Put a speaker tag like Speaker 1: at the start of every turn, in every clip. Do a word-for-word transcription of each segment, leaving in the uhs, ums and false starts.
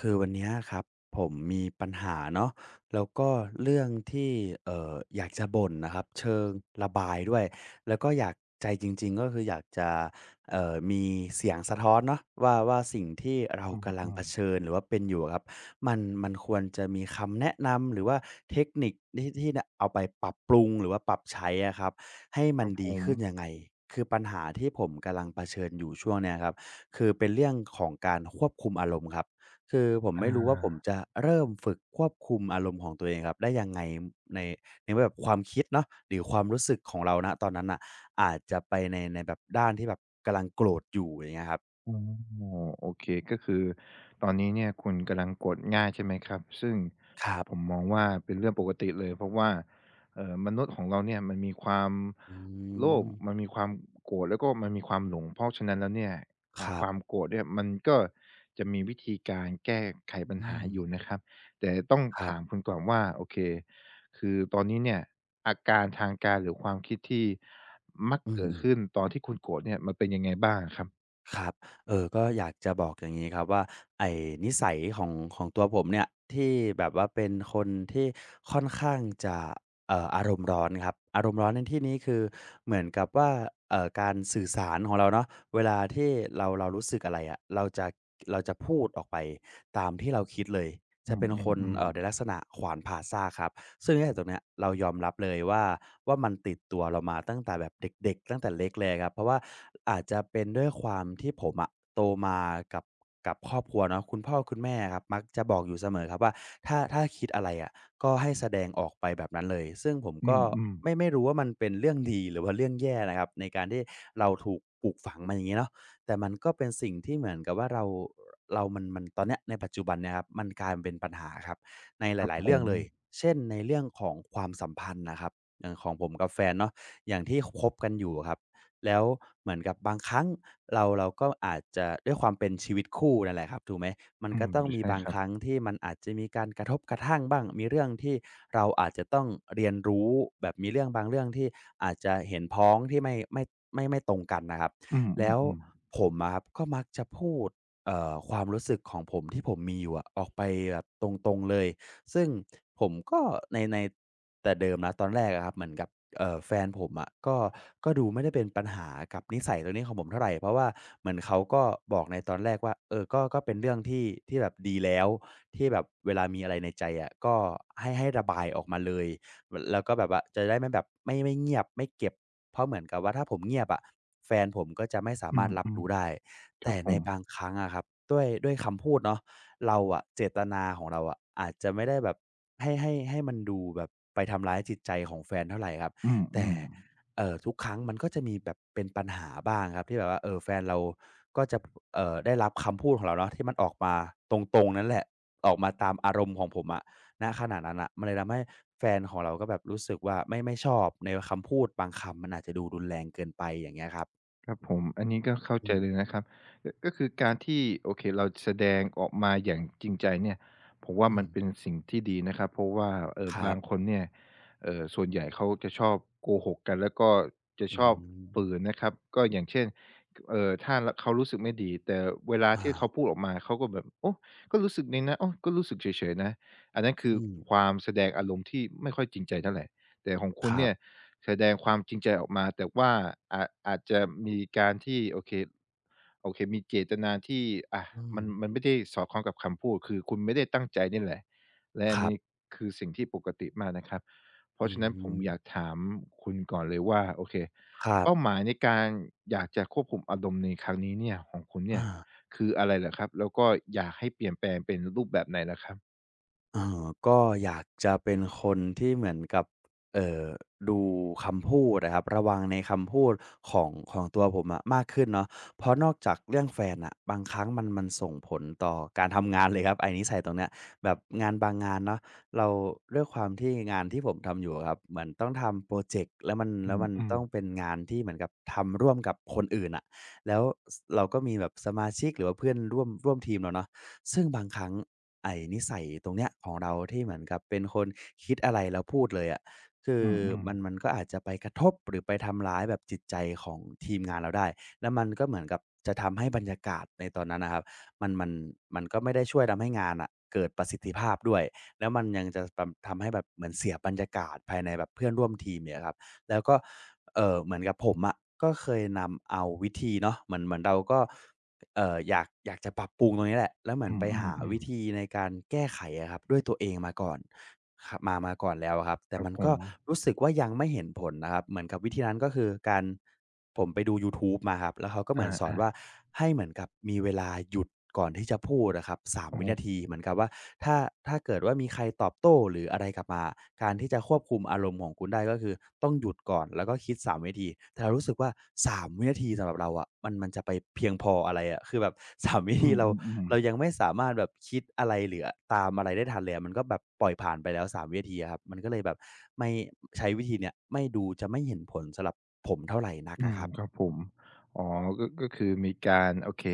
Speaker 1: คือวันเนี้ยครับผมมีปัญหาเนาะแล้วก็เรื่องที่เอ่ออยากจะบ่นนะครับเชิงระบายด้วยแล้วก็อยากใจจริงๆก็คืออยากจะเอ่อมีเสียงสะท้อนเนาะว่าว่าสิ่งที่เรา
Speaker 2: อื
Speaker 1: กำลังเผ
Speaker 2: ม
Speaker 1: ชิญหรือว่าเป็นอยู่ครับมันมันควรจะมีคำแนะนำหรือว่าเทคนิคที่ที่ะเอาไปปรับปรุงหรือว่าปรับใช้อะครับให้
Speaker 2: ๆ
Speaker 1: มัน
Speaker 2: กับผ
Speaker 1: ดี
Speaker 2: ม
Speaker 1: ขึ้นยังไงคือปัญหาที่ผมกำลังเผชิญอยู่ช่วงเนี้ยครับคือเป็นเรื่องของการควบคุมอารมณ์ครับ คือผมไม่รู้ว่าผ
Speaker 2: อา
Speaker 1: มจะเริ่มฝึกควบคุมอารมณ์ของตัวเองครับได้ยังไงในในแบบความคิดเนาะหรือความรู้สึกของเราณตอนนั้นน่ะอาจจะไปในในแบบด้านที่แบบกำลังโกรธอยู่อย่างเงี้ยครับ
Speaker 2: อ๋อโอเคก็คือตอนนี้เนี่ยคุณกำลังกดง่ายใช่ไหมครับซึ่ง
Speaker 1: ครั
Speaker 2: ผ
Speaker 1: บ
Speaker 2: มมองว่าเป็นเรื่องปกติเลยเพราะว่าเอ่อมนุษย์ของเราเนี่ยมันมีความ
Speaker 1: อื
Speaker 2: โลภมัน
Speaker 1: ม
Speaker 2: มีความโกรธแล้วก็มันมีความหลงเพราะฉะนั้นแล้วเนี่ย
Speaker 1: ค
Speaker 2: อ่า
Speaker 1: รั
Speaker 2: ความ
Speaker 1: บ
Speaker 2: โกรธเนี่ยมันก็จะมีวิธีการแก้ไขปัญ
Speaker 1: อื
Speaker 2: หา
Speaker 1: ม
Speaker 2: อยู่นะครับแต่ต้อง
Speaker 1: ครั
Speaker 2: ถาม
Speaker 1: บ
Speaker 2: คุณก่อนว่าโอเคคือตอนนี้เนี่ยอาการทางกายหรือความคิดที่มัก
Speaker 1: อื
Speaker 2: เกิดขึ้น
Speaker 1: ม
Speaker 2: ตอนที่คุณโกรธเนี่ยมันเป็นยังไงบ้างอะครับ
Speaker 1: ครับเออก็อยากจะบอกอย่างนี้ครับว่าไอ้นิสัยของของตัวผมเนี่ยที่แบบว่าเป็นคนที่ค่อนข้างจะเอ่ออารมณ์ร้อนครับอารมณ์ร้อนในที่นี้คือเหมือนกับว่าเอ่อการสื่อสารของเราเนาะเวลาที่เราเรารู้สึกอะไรอะเราจะเราจะพูดออกไปตามที่เราคิดเลย
Speaker 2: อื
Speaker 1: จะเป็นคน
Speaker 2: ม
Speaker 1: เอ่อ
Speaker 2: ๆ
Speaker 1: ในลัก
Speaker 2: ๆ
Speaker 1: ษณะขวานผ่าซากครับ ซึ่งไอ้ตรงเนี้ยเรายอมรับเลยว่าว่ามันติดตัวเรามาตั้งแต่แบบเด็กๆตั้งแต่เล็กเลยครับเพราะว่าอาจจะเป็นด้วยความที่ผมอะโตมากับกับครอบครัวเนาะคุณพ่อคุณแม่ครับมักจะบอกอยู่เสมอครับว่าถ้าถ้าคิดอะไรอะก็ให้แสดงออกไปแบบนั้นเลยซึ่งผม
Speaker 2: อื
Speaker 1: ก็
Speaker 2: มอืมอื
Speaker 1: ไม่
Speaker 2: ม
Speaker 1: ไม่รู้ว่ามันเป็นเรื่องดีหรือว่าเรื่องแย่นะครับในการที่เราถูกปลูกฝังมาอย่างนี้เนาะแต่มันก็เป็นสิ่งที่เหมือนกับว่าเราเรามันมันตอนเนี้ยในปัจจุบันเนี่ยครับมันกลายเป็นปัญหาครับ ในห
Speaker 2: ครับ
Speaker 1: ลายๆ
Speaker 2: ผ
Speaker 1: เรื่อง
Speaker 2: ม
Speaker 1: เลย เช่นในเรื่องของความสัมพันธ์นะครับ อย่างของผมกับแฟนเนาะอย่างที่คบกันอยู่อะครับ แล้วเหมือนกับบางครั้งเราเราก็อาจจะด้วยความเป็นชีวิตคู่นั่นแหละครับถูกไหมมัน
Speaker 2: อื
Speaker 1: ก็
Speaker 2: ม
Speaker 1: ต้องมี
Speaker 2: ใช่
Speaker 1: บาง
Speaker 2: ครั
Speaker 1: ค
Speaker 2: บ
Speaker 1: รั้งที่มันอาจจะมีการกระทบกระทั่งบ้างมีเรื่องที่เราอาจจะต้องเรียนรู้แบบมีเรื่องบางเรื่องที่อาจจะเห็นพ้องที่ไม่ไม่ไม่ไม่ตรงกันนะครับ
Speaker 2: อื
Speaker 1: แล้ว
Speaker 2: มๆๆ
Speaker 1: ผมอะครับก็มักจะพูดเอ่อความรู้สึกของผมที่ผมมีอยู่อะออกไปแบบตรงๆเลย ซึ่งผมก็ในในแต่เดิมนะตอนแรกอะครับเหมือนกับเอ่อแฟนผมอะก็ก็ดูไม่ได้เป็นปัญหากับนิสัยตรงนี้ของผมเท่าไหรเพราะว่าเหมือนเขาก็บอกในตอนแรกว่าเออก็ก็เป็นเรื่องที่ที่แบบดีแล้วที่แบบเวลามีอะไรในใจอะก็ให้ให้ระบายออกมาเลยแล้วก็แบบว่าจะได้ไม่แบบไม่ไม่เงียบไม่เก็บเพราะเหมือนกับว่าถ้าผมเงียบอะแฟนผมก็จะไม่สา
Speaker 2: อื
Speaker 1: มารถรับ
Speaker 2: ม
Speaker 1: รู้ได้
Speaker 2: ๆครั
Speaker 1: แต่
Speaker 2: บผ
Speaker 1: ใน
Speaker 2: ม
Speaker 1: บางครั้งอะครับด้วยด้วยคำพูดเนาะ เราอะเจตนาของเราอะอาจจะไม่ได้แบบให้ให้ให้มันดูแบบไปทำร้ายจิตใจของแฟนเท่าไรครับ
Speaker 2: อื
Speaker 1: แต่
Speaker 2: มๆ
Speaker 1: เอ่อทุกครั้งมันก็จะมีแบบเป็นปัญหาบ้างครับที่แบบว่าเออแฟนเราก็จะเอ่อได้รับคำพูดของเราเนาะที่มันออกมาตรงๆนั่นแหละออกมาตามอารมณ์ของผมอะณขณะนั้นน่ะมันเลยทำให้แฟนของเราก็แบบรู้สึกว่าไม่ไม่ชอบในคำพูดบางคำมันอาจจะดูรุนแรงเกินไปอย่างเงี้ยครับ
Speaker 2: ครับผมอันนี้ก็เข้า
Speaker 1: อื
Speaker 2: ใจ
Speaker 1: ม
Speaker 2: เลยนะครับก็ก็คือการที่โอเคเราแสดงออกมาอย่างจริงใจเนี่ยผมว่า
Speaker 1: อื
Speaker 2: มั
Speaker 1: ม
Speaker 2: นเป็นสิ่งที่ดีนะครับเพราะว่าเอ่อ
Speaker 1: ครั
Speaker 2: บางค
Speaker 1: บ
Speaker 2: นเนี่ยเอ่อส่วนใหญ่เขาจะชอบโกหกกันแล้วก็จะ
Speaker 1: อื
Speaker 2: ชอบฝื
Speaker 1: ม
Speaker 2: นนะครับก็อย่างเช่นเอ่อถ้ารเขารู้สึกไม่ดีแต่เวลา
Speaker 1: อา
Speaker 2: ที่เขาพูดออกมาเขาก็แบบโอ้ก็รู้สึกดีนะโอ้ก็รู้สึกเฉยๆนะอันนั้นคือ
Speaker 1: อืม
Speaker 2: ความแสดงอารมณ์ที่ไม่ค่อยจริงใจเท่าไร แต่ของคุ
Speaker 1: ค
Speaker 2: ณ
Speaker 1: รั
Speaker 2: เนี่ย
Speaker 1: บ
Speaker 2: แสดงความจริงใจออกมาแต่ว่าอาจอาจจะมีการที่โอเคโอเคมีเจตนาที่อะ
Speaker 1: อื
Speaker 2: มั
Speaker 1: ม
Speaker 2: นมันไม่ได้สอดคล้องกับคำพูดคือคุณไม่ได้ตั้งใจนี่แหละและ
Speaker 1: ค
Speaker 2: อัน
Speaker 1: รั
Speaker 2: นี้
Speaker 1: บ
Speaker 2: คือสิ่งที่ปกติมากนะครับเพ
Speaker 1: อื
Speaker 2: ราะฉะนั้นผม
Speaker 1: ม
Speaker 2: อยากถามคุณก่อนเลยว่าโอเค
Speaker 1: ครั
Speaker 2: เป้าห
Speaker 1: บ
Speaker 2: มายในการอยากจะควบคุมอารมณ์ในครั้งนี้เนี่ยของคุณเนี่
Speaker 1: อา
Speaker 2: ยคืออะไรเหรอครับแล้วก็อยากให้เปลี่ยนแปลงเป็นรูปแบบไหนเหรอครับ
Speaker 1: เออก็อยากจะเป็นคนที่เหมือนกับเอ่อดูคำพูดนะครับระวังในคำพูดของของตัวผมอะมากขึ้นเนาะเพราะนอกจากเรื่องแฟนน่ะบางครั้งมันมันส่งผลต่อการทำงานเลยครับไอ้นิสัยตรงเนี้ยแบบงานบางงานเนาะเราด้วยความที่งานที่ผมทำอยู่อะครับเหมือนต้องทำพรอเจกต์แล้วมัน
Speaker 2: อ
Speaker 1: แล้วมัน
Speaker 2: ืม
Speaker 1: ต้องเป็
Speaker 2: ๆ
Speaker 1: นงานที่เหมือนกับทำร่วมกับคนอื่นน่ะแล้วสเราก็มีแบบสมาชิกหรือว่าเพื่อนร่วมร่วมทีมเราเนาะ ซึ่งบางครั้งไอ้นิสัยตรงเนี้ยของเราที่เหมือนกับเป็นคนคิดอะไรแล้วพูดเลยอะคือ
Speaker 2: อืม
Speaker 1: มันมั
Speaker 2: ๆ
Speaker 1: นก็อาจจะไปกระทบหรือไปทำร้ายแบบจิตใจของทีมงานเราได้แล้วมันก็เหมือนกับจะทำให้บรรยากาศในตอนนั้นน่ะครับมันมันมันก็ไม่ได้ช่วยทำให้งานน่ะเกิดประสิทธิภาพด้วยแล้วมันยังจะทำทำให้แบบเหมือนเสียบรรยากาศภายในแบบเพื่อนร่วมทีมอีกอะครับแล้วก็เอ่อเหมือนกับผมอะก็เคยนำเอาวิธีเนาะเหมือนเหมือนเราก็ เอ่ออยากอยากจะปรับปรุงตรงนี้แหละแล้วเหมือ
Speaker 2: อื
Speaker 1: นไปหาวิ
Speaker 2: มๆ
Speaker 1: ธี
Speaker 2: ๆ
Speaker 1: ในการแก้ไขอะครับด้วยตัวเองมาก่อนครับมามาก่อนแล้วอะครับแต่
Speaker 2: ครับ
Speaker 1: มัน
Speaker 2: ผ
Speaker 1: ก็
Speaker 2: ม
Speaker 1: รู้สึกว่ายังไม่เห็นผลนะครับเหมือนกับวิธีนั้นก็คือการผมไปดูยูทูบมาครับแล้วเขาก็เห
Speaker 2: อ
Speaker 1: มือนสอนว่า
Speaker 2: า
Speaker 1: ให้เหมือนกับมีเวลาหยุด ก่อนที่จะพูดอะครับสาม
Speaker 2: อ๋
Speaker 1: วินา
Speaker 2: อ
Speaker 1: ทีเหมือนกับว่าถ้าถ้าเกิดว่ามีใครตอบโต้หรืออะไรกลับมาการที่จะควบคุมอารมณ์ของคุณได้ก็คือต้องหยุดก่อนแล้วก็คิดสามวินาทีแต่เรารู้สึกว่าสามวินาทีสำหรับเราอะมันมันจะไปเพียงพออะไรอะคือแบบ สามวินา
Speaker 2: อื
Speaker 1: ทีเรา
Speaker 2: ม
Speaker 1: เรายังไม่สามารถแบบคิดอะไรหรือตามอะไรได้ทันเลยอะมันก็แบบปล่อยผ่านไปแล้วสามวินาทีอะครับมันก็เลยแบบไม่ใช้วิธีเนี้ยไม่ดูจะไม่เห็นผลสำหรับผมเท่าไรนัก
Speaker 2: อืมอืม
Speaker 1: อะครั
Speaker 2: อื
Speaker 1: บ
Speaker 2: มครับผมอ๋อก็ก็คือมีการโอเค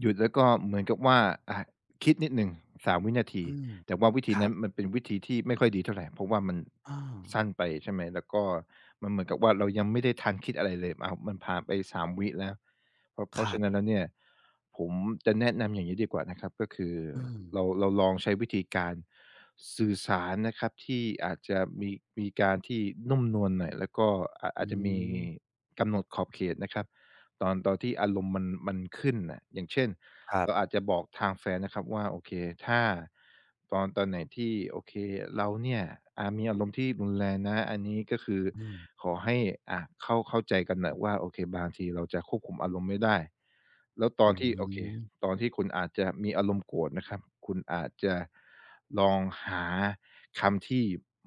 Speaker 2: หยุดแล้วก็เหมือนกับว่าอ่าคิดนิดหนึ่งสามวินาที
Speaker 1: อืม
Speaker 2: แต่ว่าวิธี
Speaker 1: ครั
Speaker 2: นั้
Speaker 1: บ
Speaker 2: นมันเป็นวิธีที่ไม่ค่อยดีเท่าไรเพราะว่ามัน
Speaker 1: อา
Speaker 2: สั้นไปใช่ไหมแล้วก็มันเหมือนกับว่าเรายังไม่ได้ทันคิดอะไรเลยอ้าวมันผ่านไปสามวิแล้ว เพราะเพ
Speaker 1: ค
Speaker 2: ราะ
Speaker 1: รั
Speaker 2: ฉะนั้น
Speaker 1: บ
Speaker 2: แล้วเนี่ยผมจะแนะนำอย่างนี้ดีกว่านะครับก็คือ
Speaker 1: อืม
Speaker 2: เราเราลองใช้วิธีการสื่อสารนะครับที่อาจจะมีมีการที่นุ่มนวลหน่อยแล้วก็อาจ
Speaker 1: อื
Speaker 2: อาจจะมี
Speaker 1: ม
Speaker 2: กำหนดขอบเขตนะครับตอนตอนที่อารมณ์มันมันขึ้นนะอย่างเช่น
Speaker 1: ครั
Speaker 2: เราอา
Speaker 1: บ
Speaker 2: จจะบอกทางแฟนนะครับว่าโอเคถ้าตอนตอนไหนที่โอเคเราเนี่ยอ่ามีอารมณ์ที่รุนแรงนะอันนี้ก็คือ
Speaker 1: อืม
Speaker 2: ขอให้อ่าเข้าเข้าใจกันหน่อยว่าโอเคบางทีเราจะควบคุมอารมณ์ไม่ได้แล้วตอ
Speaker 1: อื
Speaker 2: นที่โอเค
Speaker 1: ม
Speaker 2: ตอนที่คุณอาจจะมีอารมณ์โกรธนะครับคุณอาจจะลองหาคำที่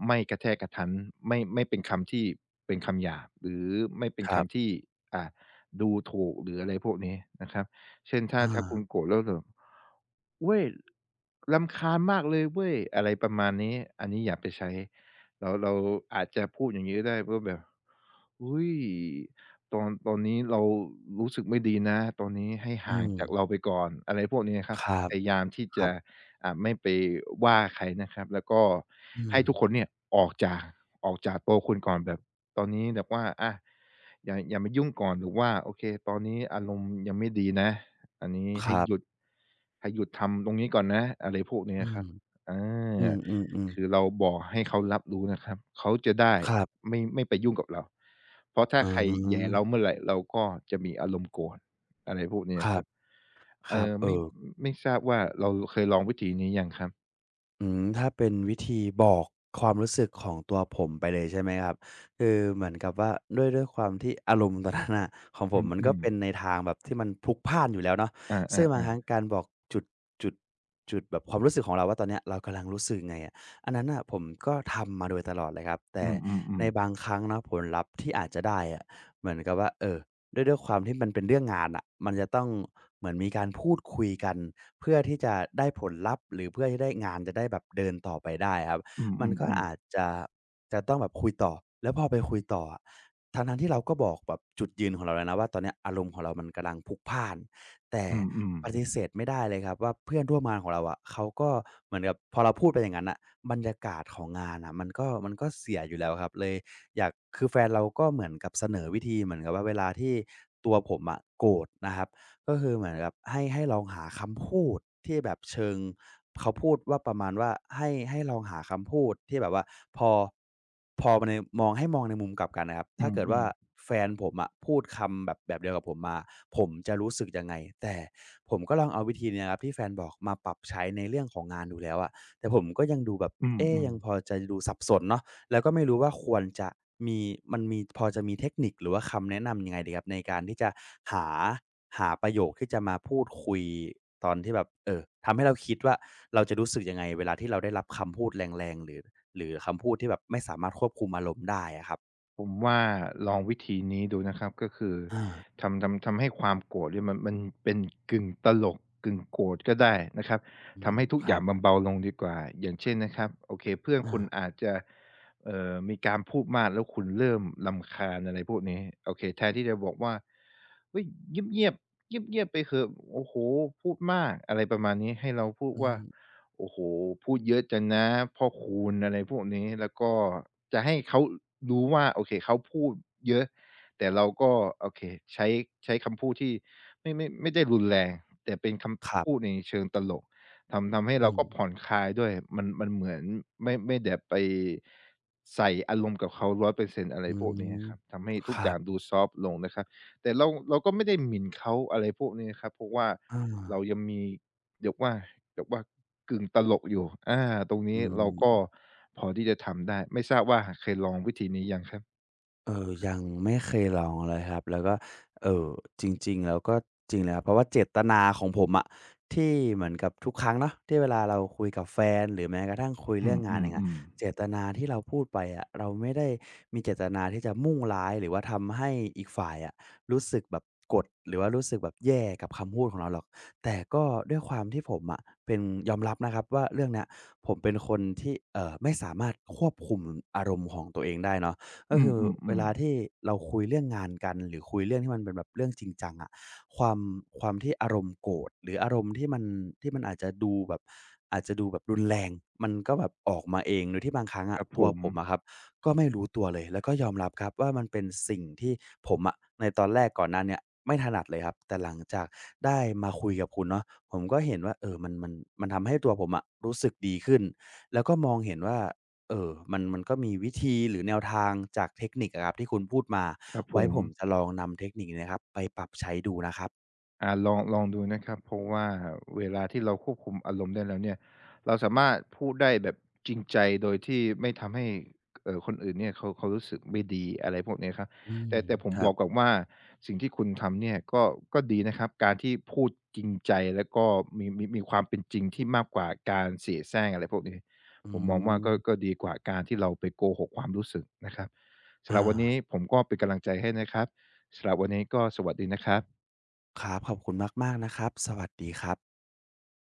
Speaker 2: ไม่กระแทกกระทันไม่ไม่เป็นคำที่เป็นคำหยาบหรือไม่เป็น
Speaker 1: ครั
Speaker 2: คำ
Speaker 1: บ
Speaker 2: ที่อ่าดูถูกหรืออะไรพวกนี้นะครับ เช่นถ้า
Speaker 1: อา
Speaker 2: ถ้าคุณโกรธแล้วแบบเฮ้ยรำคาญมากเลยเว้ยอะไรประมาณนี้อันนี้อย่าไปใช้เราเราอาจจะพูดอย่างงี้ก็ได้ว่าแบบอุ๊ยตอนตอนนี้เรารู้สึกไม่ดีนะตอนนี้ให้
Speaker 1: อื
Speaker 2: ห่าง
Speaker 1: ม
Speaker 2: จากเราไปก่อนอะไรพวกนี้ครับ
Speaker 1: ครับ
Speaker 2: พยายามที่
Speaker 1: ครั
Speaker 2: จะ
Speaker 1: บ
Speaker 2: อ่าไม่ไปว่าใครนะครับแล้วก็
Speaker 1: อื
Speaker 2: ให้
Speaker 1: ม
Speaker 2: ทุกคนเนี่ยออกจากออกจากโต๊ะคุณก่อนแบบตอนนี้แบบว่าอะอย่าอย่ามายุ่งก่อนหรือว่าโอเคตอนนี้อารมณ์ยังไม่ดีนะ อันนี้
Speaker 1: ค
Speaker 2: ให้
Speaker 1: รั
Speaker 2: หยุด
Speaker 1: บ
Speaker 2: ให้หยุดทำตรงนี้ก่อนนะอะไรพวกเนี้ย
Speaker 1: อื
Speaker 2: ครั
Speaker 1: ม
Speaker 2: บอ
Speaker 1: อื
Speaker 2: า
Speaker 1: ม
Speaker 2: คื
Speaker 1: ๆ
Speaker 2: อเราบอกให้เขารับรู้นะครับเขาจะได้
Speaker 1: ๆครับ
Speaker 2: ไม่ไม่ไปยุ่งกับเรา เพราะถ้า
Speaker 1: อ๋
Speaker 2: ใครแหย่
Speaker 1: อ
Speaker 2: เราเมื่อไรเราก็จะมีอารมณ์โกรธอะไรพวกเนี้
Speaker 1: ค
Speaker 2: ยค
Speaker 1: รั
Speaker 2: รั
Speaker 1: บ
Speaker 2: บ
Speaker 1: ค
Speaker 2: เอ่
Speaker 1: รับ
Speaker 2: อ
Speaker 1: เอ
Speaker 2: ไม่
Speaker 1: อ
Speaker 2: ไม่ทราบว่าเราเคยลองวิธีนี้ยังครับ
Speaker 1: อืมถ้าเป็นวิธีบอกความรู้สึกของตัวผมไปเลยใช่ไหมครับคือเหมือนกับว่าด้วยด้วยความที่อารมณ์ตอนนั้นน่ะของผ
Speaker 2: อ
Speaker 1: มมัน
Speaker 2: ื
Speaker 1: ก็
Speaker 2: ม
Speaker 1: เป็นใน
Speaker 2: ๆ
Speaker 1: ทางแบบที่มันพลุกพล่านอยู่แล้วเนาะ
Speaker 2: อ
Speaker 1: ซึ่ง
Speaker 2: า
Speaker 1: บางครั้ง
Speaker 2: ๆ
Speaker 1: การบอกจุดจุดจุดแบบความรู้สึกของเราว่าตอนเนี้ยเรากำลังรู้สึกไงอะอันนั้นน่ะผมก็ทำมาโดยตลอดเลยครับ
Speaker 2: ๆ
Speaker 1: แต่
Speaker 2: อื
Speaker 1: ใน
Speaker 2: มๆๆ
Speaker 1: บางครั้งเนาะผลลัพธ์ที่อาจจะได้อะเหมือนกับว่าเอ่อด้วยด้วยความที่มันเป็นเรื่องงานน่ะมันจะต้องเหมือนมีการพูดคุยกัน เพื่อที่จะได้ผลลัพธ์หรือเพื่อที่ได้งานจะได้แบบเดินต่อไปได้ครับ
Speaker 2: อื
Speaker 1: มันก็
Speaker 2: มๆ
Speaker 1: อาจ
Speaker 2: ๆ
Speaker 1: จะจะต้องแบบคุยต่อแล้วพอไปคุยต่ออะทั้งๆที่เราก็บอกแบบจุดยืนของเราแล้วนะว่าตอนเนี้ยอารมณ์ของเรามันกำลังพลุกพล่านแต่
Speaker 2: อืม
Speaker 1: ปฏิ
Speaker 2: ๆ
Speaker 1: เสธไม่ได้เลยครับว่าเพื่อนร่วมงานของเราอะเขาก็เหมือนกับพอเราพูดไปอย่างงั้นน่ะบรรยากาศของงานน่ะมันก็มันก็เสียอยู่แล้วครับเลยอยากคือแฟนเราก็เหมือนกับเสนอวิธีเหมือนกับว่าเวลาที่ตัวผมอะโกรธนะครับ ก็คือเหมือนกับให้ให้ลองหาคำพูดที่แบบเชิงเขาพูดว่าประมาณว่าให้ให้ลองหาคำพูดที่แบบว่าพอพอในมองให้มองในมุมกลับกันนะครับ
Speaker 2: อื
Speaker 1: ถ้าเกิดว่า
Speaker 2: มๆ
Speaker 1: แฟนผมอะพูดคำแบบแบบเดียวกับผมมาผมจะรู้สึกยังไงแต่ผมก็ลองเอาวิธีเนี้ยครับที่แฟนบอกมาปรับใช้ในเรื่องของงานดูแล้วอะแต่ผมก็ยังดูแบบ
Speaker 2: อื
Speaker 1: เอ๊ะ
Speaker 2: ม
Speaker 1: ยังพอ
Speaker 2: ๆ
Speaker 1: จะดูสับสนเนาะแล้วก็ไม่รู้ว่าควรจะมีมันมีพอจะมีเทคนิคหรือว่าคำแนะนำยังไงดีครับในการที่จะหา หาประโยคที่จะมาพูดคุยตอนที่แบบเออทำให้เราคิดว่าเราจะรู้สึกยังไงเวลาที่เราได้รับคำพูดแรงๆหรือหรือคำพูดที่แบบไม่สามารถควบคุมอารมณ์ได้อะครับ
Speaker 2: ผมว่าลองวิธีนี้ดูนะครับก็คือ
Speaker 1: อา
Speaker 2: ทำทำทำให้ความโกรธเนี่ยมันมันเป็นกึ่งตลกกึ่งโกรธก็ได้นะครับ
Speaker 1: อืม
Speaker 2: ทำให้ทุก
Speaker 1: ค
Speaker 2: อ
Speaker 1: รั
Speaker 2: ย่าง
Speaker 1: บ
Speaker 2: มันเบาลงดีกว่าอย่างเช่นนะครับโอเคเพื่อน
Speaker 1: อา
Speaker 2: คุณอาจจะเอ่อมีการพูดมากแล้วคุณเริ่มรำคาญอะไรพวกนี้โอเคแทนที่จะบอกว่าเฮ้ยเงียบๆเงียบๆไปเถอะโอ้โหพูดมากอะไรประมาณนี้ให้เราพูด
Speaker 1: อื
Speaker 2: ว่า
Speaker 1: ม
Speaker 2: โอ้โฮพูดเยอะจังนะพ่อคูณอะไรพวกนี้แล้วก็จะให้เขารู้ว่าโอเคเขาพูดเยอะแต่เราก็โอเคใช้ใช้คำพูดที่ไม่ไม่ไม่ได้รุนแรงแต่เป็นค
Speaker 1: ครั
Speaker 2: ำพูด
Speaker 1: บ
Speaker 2: ในเชิงตลกทำทำให้
Speaker 1: อื
Speaker 2: เรา
Speaker 1: ม
Speaker 2: ก็ผ่อนคลายด้วยมันมันเหมือนไม่ไม่ได้ไปใส่อารมณ์กับเขาหนึ่งร้อยเปอร์เซ็นต์อยเปอ
Speaker 1: อื
Speaker 2: ร์เซ็นต์อะไรพวกนี้
Speaker 1: ม
Speaker 2: ครับทำให้
Speaker 1: ค
Speaker 2: ทุก
Speaker 1: รั
Speaker 2: อย่าง
Speaker 1: บ
Speaker 2: ดูซอฟต์ลงนะครับแต่เราเราก็ไม่ได้หมิ่นเขาอะไรพวกนี้ครับเพราะว่า
Speaker 1: อา
Speaker 2: เรายังมี เดียกว่าเดียกว่ากึ่งตลกอยู่อาตรง
Speaker 1: อื
Speaker 2: นี้เราก็
Speaker 1: ม
Speaker 2: พอที่จะทำได้ ไม่ทราบว่าเคยลองวิธีนี้ยังครับ
Speaker 1: เออยังไม่เคยลองเลยครับแล้วก็เอ่อจริงๆแล้วก็จริงเลยครับเพราะว่าเจตนาของผมอะที่เหมือนกับทุกครั้งเนาะที่เวลาเราคุยกับแฟนหรือแม้กระทั่งคุย
Speaker 2: อื
Speaker 1: เรื่องงานเองอะ
Speaker 2: มๆๆ
Speaker 1: เจตนาที่เราพูดไปอะเราไม่ได้มีเจตนาที่จะมุ่งร้ายหรือว่าทำให้อีกฝ่ายอะรู้สึกแบบกดหรือว่ารู้สึกแบบแย่กับคำพูดของเราหรอกแต่ก็ด้วยความที่ผมอะเป็นยอมรับนะครับว่าเรื่องเนี้ยผมเป็นคนที่เอ่อไม่สามารถควบคุมอารมณ์ของตัวเองได้เนาะ ก็
Speaker 2: อื
Speaker 1: คือเว
Speaker 2: ม
Speaker 1: ลา
Speaker 2: ๆๆ
Speaker 1: ที่เราคุยเรื่องงานกันหรือคุยเรื่องที่มันเป็นแบบเรื่องจริงจังอะความความที่อารมณ์โกรธหรืออารมณ์ที่มันที่มันอาจจะดูแบบอาจจะดูแบบรุนแรงมันก็แบบออกมาเองโดยที่บางครั้ง
Speaker 2: ค
Speaker 1: อะ
Speaker 2: รับผ
Speaker 1: ตัว
Speaker 2: ม
Speaker 1: ผมอะครับก็ไม่รู้ตัวเลยแล้วก็ยอมรับครับว่ามันเป็นสิ่งที่ผมอะในตอนแรกก่อนหน้าเนี้ยไม่ถนัดเลยครับแต่หลังจากได้มาคุยกับคุณเนาะผมก็เห็นว่าเออมันมันมันทำให้ตัวผมอะรู้สึกดีขึ้นแล้วก็มองเห็นว่า เออมันมันก็มีวิธีหรือแนวทางจากเทคนิคอะครับที่คุณพูดมา
Speaker 2: ครับผ
Speaker 1: ไว้
Speaker 2: ม
Speaker 1: ผมจะลองนำเทคนิคนี้นะครับไปปรับใช้ดูนะครับ
Speaker 2: อ่าลองลองดูนะครับเพราะว่าเวลาที่เราควบคุมอารมณ์ได้แล้วเนี่ยเราสามารถพูดได้แบบจริงใจโดยที่ไม่ทำให้เอ่อคนอื่นเนี่ยเขาเขารู้สึกไม่ดีอะไรพวกเนี้ยครับ
Speaker 1: อืม
Speaker 2: แต่แต่ผม
Speaker 1: ครั
Speaker 2: บ
Speaker 1: บ
Speaker 2: อกกับว่าสิ่งที่คุณทำเนี่ยก็ก็ดีนะครับการที่พูดจริงใจแล้วก็มีมีมีความเป็นจริงที่มากกว่าการเสยแสร้งอะไรพวกนี้
Speaker 1: อื
Speaker 2: ผมมองว่าก็ก็
Speaker 1: ม
Speaker 2: ดีกว่าการที่เราไปโกหกความรู้สึกนะครับสำหรั
Speaker 1: อา
Speaker 2: บวันนี้ผมก็เป็นกำลังใจให้นะครับสำหรับวันนี้ก็สวัสดีนะครับ
Speaker 1: ครับขอบคุณมากๆนะครับสวัสดีครับ